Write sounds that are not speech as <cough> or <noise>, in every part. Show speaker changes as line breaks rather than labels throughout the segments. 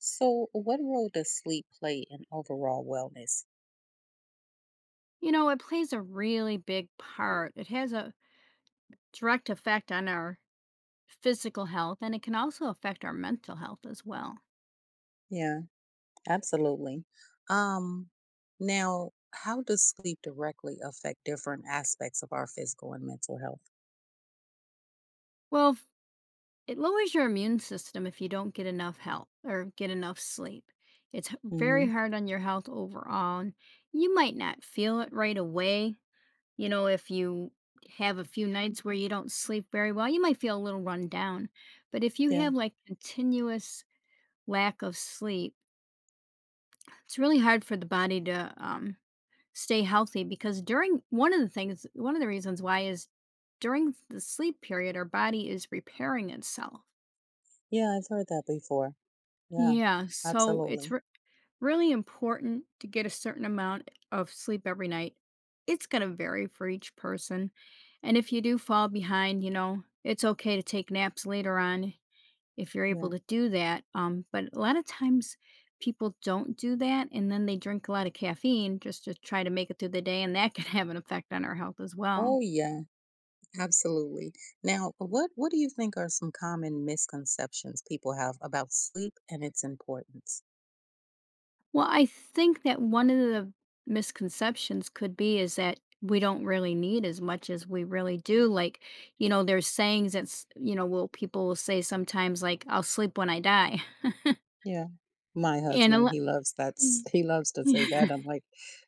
So, what role does sleep play in overall wellness?
You know, it plays a really big part. It has a direct effect on our physical health, and it can also affect our mental health as well.
Yeah, absolutely. Um, Now, how does sleep directly affect different aspects of our physical and mental health?
Well, it lowers your immune system if you don't get enough help or get enough sleep. It's
Mm-hmm.
very hard on your health overall. And You might not feel it right away. You know, if you have a few nights where you don't sleep very well, you might feel a little run down. But if you
Yeah,
have, like, continuous lack of sleep, it's really hard for the body to stay healthy, because during one of the reasons why is, during the sleep period, our body is repairing itself.
yeah, I've heard that before. Yeah,
Yeah, so it's
absolutely.
really important to get a certain amount of sleep every night. It's going to vary for each person, and if you do fall behind, you know, it's okay to take naps later on if you're able
Yeah.
to do that, but a lot of times people don't do that, and then they drink a lot of caffeine just to try to make it through the day, and that can have an effect on our health as well.
Oh, yeah, absolutely. Now, what do you think are some common misconceptions people have about sleep and its importance?
Well, I think that one of the misconceptions could be is that we don't really need as much as we really do. Like, you know, there's sayings that's, you know, will people will say sometimes, like, I'll sleep when I die. <laughs>
Yeah. My
and a
husband,
lo-
he loves that s he loves to say that. I'm
<laughs>
like,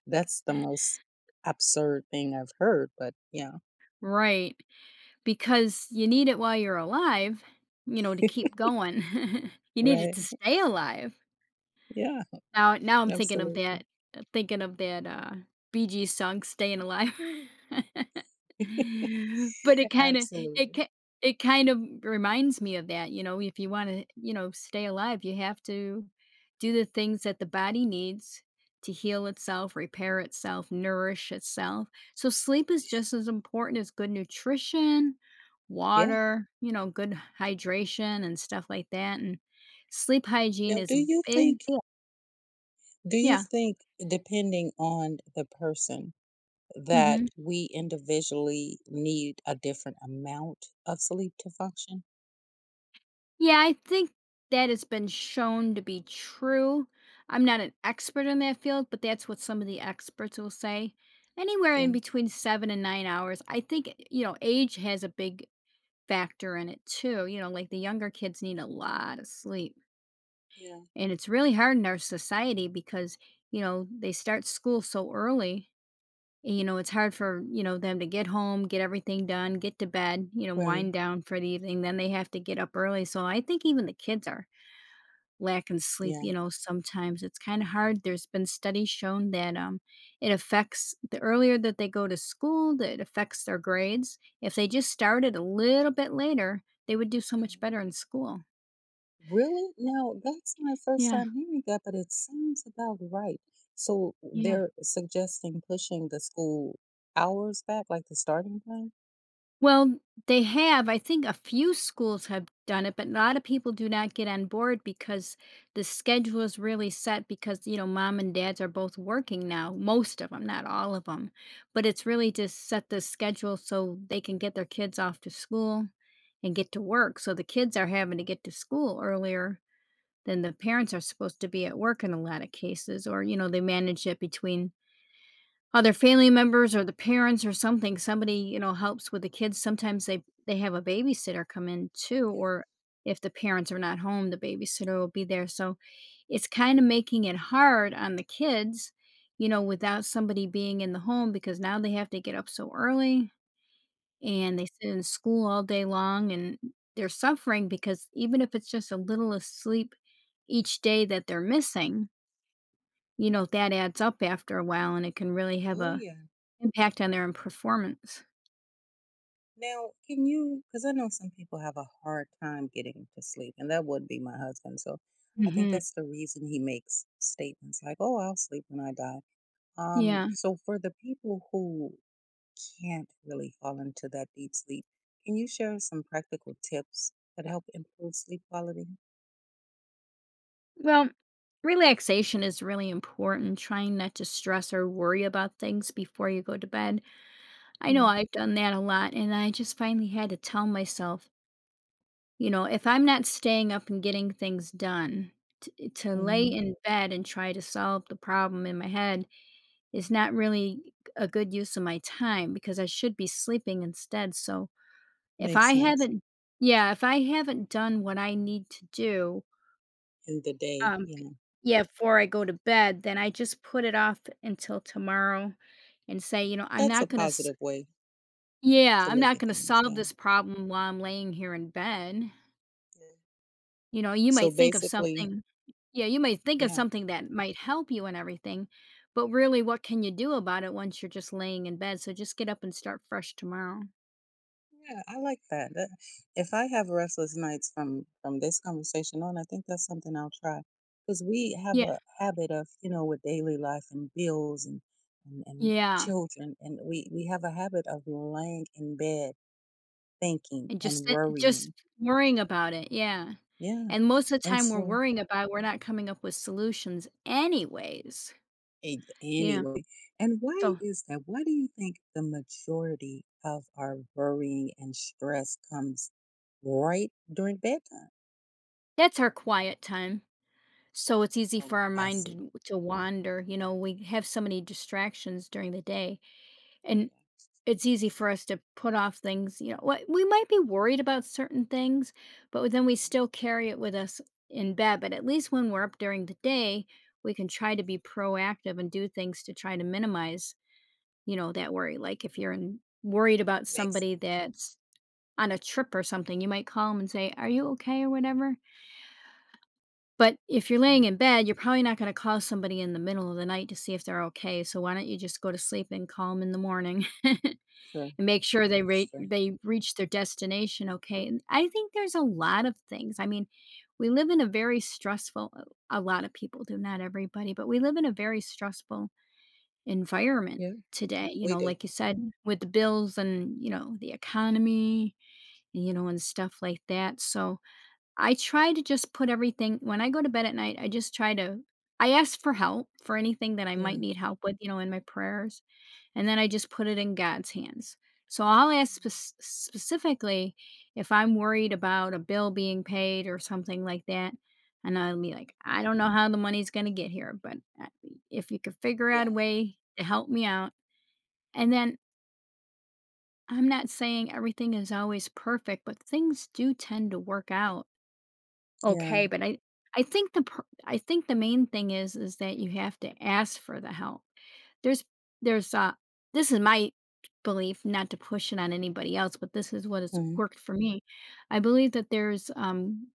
"That's the most absurd thing I've heard," but yeah.
right. Because you need it while you're alive, you know, to
<laughs>
keep going. <laughs> You need it to
Right.
stay alive.
Yeah,
Now I'm
absolutely.
thinking of that, Bee Gees song, "Staying Alive." <laughs>
<laughs>
But it
Absolutely.
ki it kind of reminds me of that, you know, if you wanna, you know, stay alive, you have to do the things that the body needs to heal itself, repair itself, nourish itself. So sleep is just as important as good nutrition,
Yeah.
water, you know, good hydration and stuff like that, and sleep hygiene
Now
is
do
a
you
big
think
deal.
do you
Yeah.
think depending on the person that
Mhm.
we individually need a different amount of sleep to function?
Yeah, I think that has been shown to be true. I'm not an expert in that field, but that's what some of the experts will say. Anywhere in
Yeah,
between 7 and 9 hours. I think, you know, age has a big factor in it too, you know, like the younger kids need a lot of sleep.
yeah,
And it's really hard in our society because, you know, they start school so early. You know, it's hard for, you know, them to get home, get everything done, get to bed, you know,
right,
wind down for the evening, then they have to get up early. So I think even the kids are lacking sleep,
yeah.
you know. Sometimes it's kind of hard. There's been studies shown that it affects, the earlier that they go to school, that it affects their grades. If they just started a little bit later, they would do so much
Mm.
better in school.
Really? Now, that's my first
Yeah,
time hearing that, but it sounds about right. So
yeah.
they're suggesting pushing the school hours back, like the starting time?
Well, they have. I think a few schools have done it, but a lot of people do not get on board because the schedule is really set because, you know, mom and dads are both working now, most of them, not all of them. But it's really
Mhm.
just set, the schedule, so they can get their kids off to school and get to work. So the kids are having to get to school earlier than the parents are supposed to be at work in a lot of cases, or, you know, they manage it between other family members or the parents or something, somebody, you know, helps with the kids. Sometimes they have a babysitter come in too,
Yeah,
or if the parents are not home, the babysitter will be there. So it's kind of making it hard on the kids, you know, without somebody being in the home, because now they have to get up so early and
yeah.
they sit in school all day long, and they're suffering because even if it's just a little of sleep each day that they're missing, you know, that adds up after a while, and it can really have
Oh,
a
yeah.
impact on their own performance.
Now, can you, because I know some people have a hard time getting to sleep, and that would be my husband. So I think
Mhm.
that's the reason he makes statements like, oh, I'll sleep when I die. Um,
Yeah.
so for the people who can't really fall into that deep sleep. Can you share some practical tips that help improve sleep quality?
Well, relaxation is really important, trying not to stress or worry about things before you go to bed. I know
Yeah,
I've done that a lot, and I just finally had to tell myself, you know, if I'm not staying up and getting things done, t to lay
hmm,
in bed and try to solve the problem in my head is not really a good use of my time because I should be sleeping instead. So if
makes
I
sense.
haven't yeah, if I haven't done what I need to do,
In the day,
Um, b-
yeah,
yeah, before I go to bed, then I just put it off until tomorrow and say, you know, I'm
that's a
not gonna
positive way
yeah,
to
I'm
look
not
at
gonna
things.
solve
Yeah.
this problem while I'm laying here in bed.
Yeah.
You know, you
So
might think of
basically,
something yeah, you might think of
yeah.
something that might help you and everything, but really what can you do about it once you're just laying in bed? So just get up and start fresh tomorrow.
Yeah, I like that. That- if I have restless nights from this conversation on, I think that's something I'll try. Because we have
Yeah.
a habit of, you know, with daily life and bills and
Yeah,
children, and we have a habit of laying in bed thinking
and
and
just
worrying.
worrying about it, yeah.
Yeah.
And most of the
And
time we're
so,
worrying about, we're not coming up with solutions anyways. Yeah,
anyway, and why
so
is that? Why do you think the majority of our worrying and stress comes right during bedtime?
that's our quiet time. So it's easy for
Oh,
our
I
mind
see.
to wander. You know, we have so many distractions during the day, and
Yeah.
it's easy for us to put off things, you know, what we might be worried about, certain things, but then we
Mhm.
still carry it with us in bed. But at least when we're up during the day, we can try to be proactive and do things to try to minimize, you know, that worry, like, if you're in worried about
Makes
somebody
sense.
that's on a trip or something, you might call them and say, "Are you okay?" or whatever. But if you're
Yeah.
laying in bed, you're probably not gonna call somebody in the middle of the night to see if they're okay, so why don't you just go to sleep and call them in the morning <laughs>
Sure.
and make sure
That's true.
they reach their destination okay. And I think there's a lot of things, I mean, we live in a very stressful— a lot of people do, not everybody, but we live in a very stressful environment
Yeah.
today. You
We
know,
do.
like you said, with the bills and, you know, the economy, you know, and stuff like that. So I try to just put everything, when I go to bed at night, I just try to— I ask for help for anything that I
Yeah.
might need help with, you know, in my prayers, and then I just put it in God's hands. So I'll ask specifically if I'm worried about a bill being paid or something like that, and I'll be
Mm-hmm.
like, "I don't know how the money's gonna get here, but, if you could figure out a
Yeah.
way to help me out." And then, I'm not saying everything is always perfect, but things do tend to work out. Okay.
Yeah.
But I— I think the pr I think the main thing is that you have to ask for the help. There's there's, uh this is my belief, not to push it on anybody else, but this is what has
Mhm.
worked for me. I believe that there's,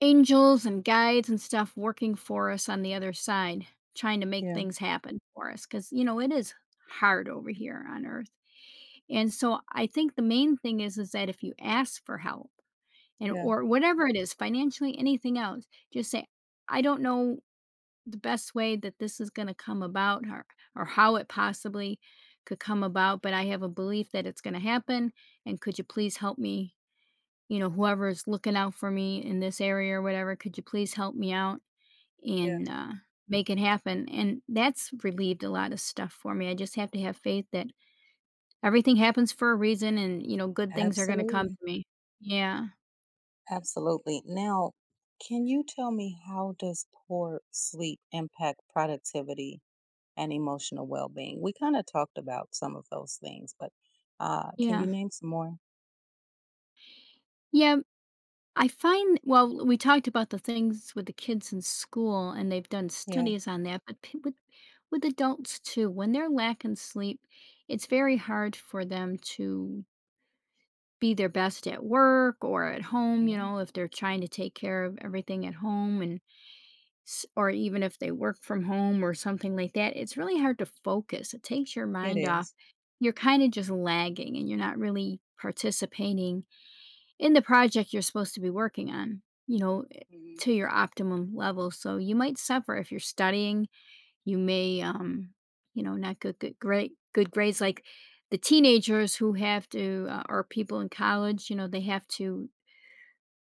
angels and guides and stuff working for us on the other side, trying to make
Yeah.
things happen for us because, you know, it is hard over here on Earth. And so I think the main thing is that if you ask for help and
Yeah.
or whatever it is, financially, anything else, just say, I don't know the best way that this is going to come about, or how it possibly could come about, but I have a belief that it's going to happen. And could you please help me? You know, whoever's looking out for me in this area or whatever, could you please help me out
Yeah.
and make it happen? And that's relieved a lot of stuff for me. I just have to have faith that everything happens for a reason and, you know, good things are going to come to
Absolutely.
me. Yeah.
Absolutely. Now, can you tell me how does poor sleep impact productivity and emotional well-being? We kind of talked about some of those things, but can
Yeah.
you name some more?
Yeah. I find Well, we talked about the things with the kids in school, and they've done
Yeah,
studies on that, but with adults too, when they're lacking sleep, it's very hard for them to be their best at work or at home, you
yeah,
know, if they're trying to take care of everything at home and or even if they work from home or something like that, it's really hard to focus. It takes your
it
mind off.
is.
You're kind of just lagging and you're not really participating in the project you're supposed to be working on,
Hmm.
to your optimum level. So you might suffer if you're studying. You may, not great, good grades. Like the teenagers who have to, or people in college, you know, they have to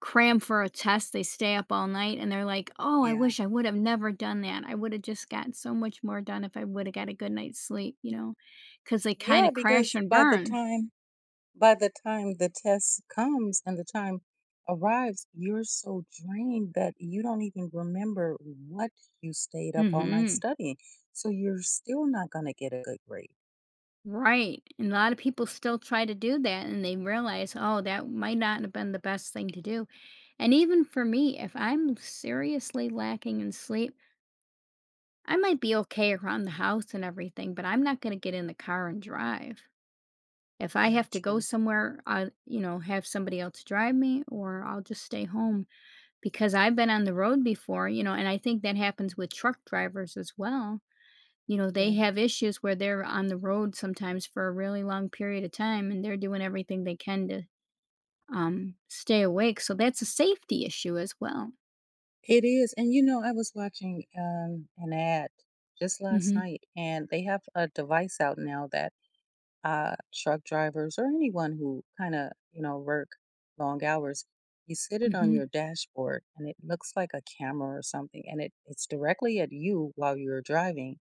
cram for a test. They stay up all night and they're like, oh, I
Yeah.
wish I would have never done that. I would have just gotten so much more done if I would have got a good night's sleep, you know, because they kind
Yeah,
of crash
because
and
by the
burn.
time by the time the test comes and the time arrives, you're so drained that you don't even remember what you stayed up all night
Hmm.
studying. So you're still not going to get a good grade.
Right. And a lot of people still try to do that and they realize, oh, that might not have been the best thing to do. And even for me, if I'm seriously lacking in sleep, I might be okay around the house and everything, but I'm not going to get in the car and drive. If I
Yeah,
have to go
true.
somewhere, I, you know, have somebody else drive me or I'll just stay home because I've been on the road before, you know, and I think that happens with truck drivers as well. You know, they
Yeah,
have issues where they're on the road sometimes for a really long period of time, and they're doing everything they can to, stay awake, so that's a safety issue as well.
it is. And you know, I was watching an ad just last
Mhm,
night, and they have a device out now that truck drivers or anyone who kind of, you know, work long hours, you sit it on
mhm.
your dashboard and it looks like a camera or something, and it's directly at you while you're driving.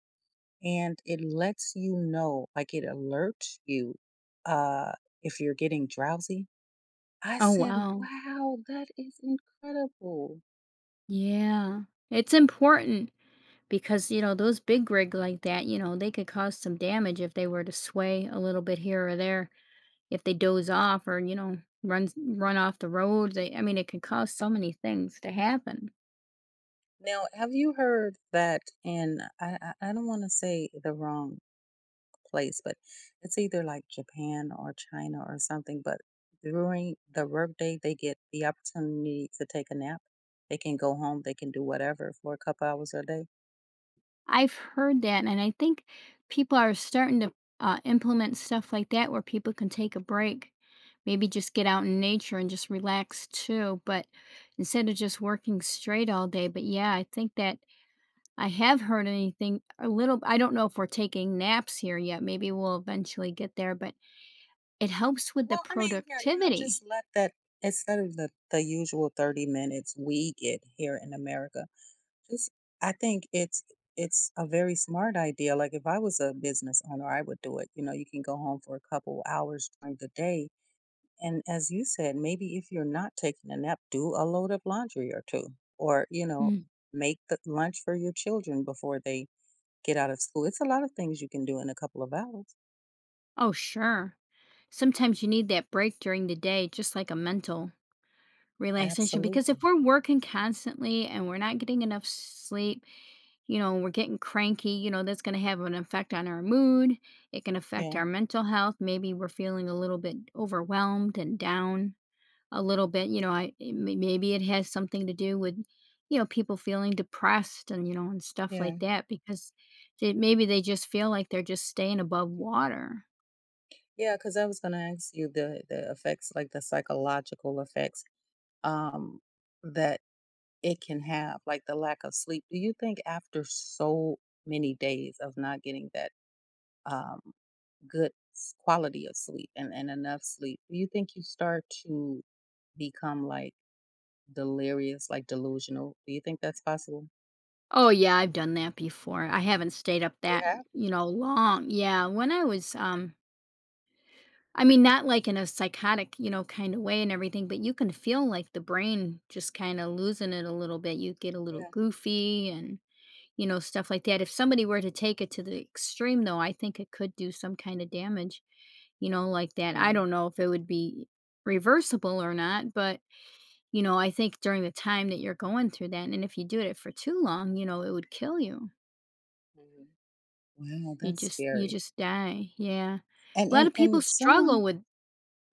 And it lets you know, like it alerts you uh, if you're getting drowsy. I
Oh,
said,
wow.
wow, that is incredible.
Yeah. It's important because, you know, those big rig like that, you know, they could cause some damage if they were to sway a little bit here or there, if they doze off or, you know, run off the road, they I mean, it could cause so many things to happen.
Now, have you heard that in I don't want to say the wrong place, but it's either like Japan or China or something, but during the workday they get the opportunity to take a nap. They can go home, they can do whatever for a couple hours a day.
I've heard that, and I think people are starting to implement stuff like that where people can take a break, maybe just get out in nature and just relax too. But instead of just working straight all day, but yeah, I think that I have heard anything a little. I don't know if we're taking naps here yet. Maybe we'll eventually get there, but it helps with the
Well, I mean, yeah, you know,
productivity.
just let that instead of the usual 30 minutes we get here in America. Just, I think it's a very smart idea. Like if I was a business owner, I would do it. You know, you can go home for a couple hours during the day. And as you said, maybe if you're not taking a nap, do a load of laundry or two. Or, you know,
Mm.
make the lunch for your children before they get out of school. It's a lot of things you can do in a couple of hours.
Oh, sure. Sometimes you need that break during the day, just like a mental relaxation, because if
Absolutely.
we're working constantly and we're not getting enough sleep, you know, we're getting cranky, you know, that's going to have an effect on our mood. It can affect
Yeah.
our mental health. Maybe we're feeling a little bit overwhelmed and down a little bit. You know, I it may- maybe it has something to do with, you know, people feeling depressed and, you know, and stuff
Yeah.
like that because they, maybe they just feel like they're just staying above water.
Yeah, because I was gonna ask you the effects, like the psychological effects, um, that it can have, like the lack of sleep. Do you think after so many days of not getting that um, good quality of sleep and enough sleep, do you think you start to become like delirious, like delusional? Do you think that's possible?
Oh yeah, I've done that before. I haven't stayed up
You
that,
have?
you know, long. Yeah, when I was I mean, not like in a psychotic, you know, kind of way and everything, but you can feel like the brain just kind of losing it a little bit. You get a little
Yeah.
goofy and, you know, stuff like that. If somebody were to take it to the extreme, though, I think it could do some kind of damage, you know, like that. I
Yeah.
don't know if it would be reversible or not, but, you know, I think during the time that you're going through that, and if you do it for too long, you know, it would kill you.
Hmm. Wow, that's
You
scary.
just die. Yeah.
And
A lot
and
of people
and
struggle
someone,
with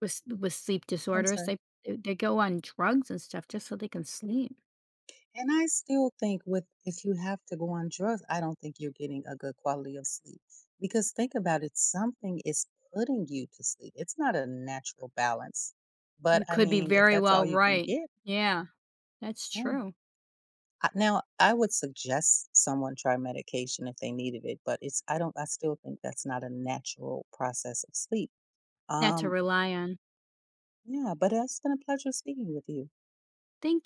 with sleep
I'm
disorders,
sorry.
they go on drugs and stuff just so they can sleep.
And I still think with if you have to go on drugs, I don't think you're getting a good quality of sleep. Because think about it, something is putting you to sleep. It's not a natural balance. But
You
I
could be
mean, if
very
that's
well
all you can
right.
get,
Yeah, that's
yeah.
true.
Now, I would suggest someone try medication if they needed it, but it's I don't I still think that's not a natural process of sleep.
Not to
Um,
rely on.
yeah, but it's been a pleasure speaking with you.
Thank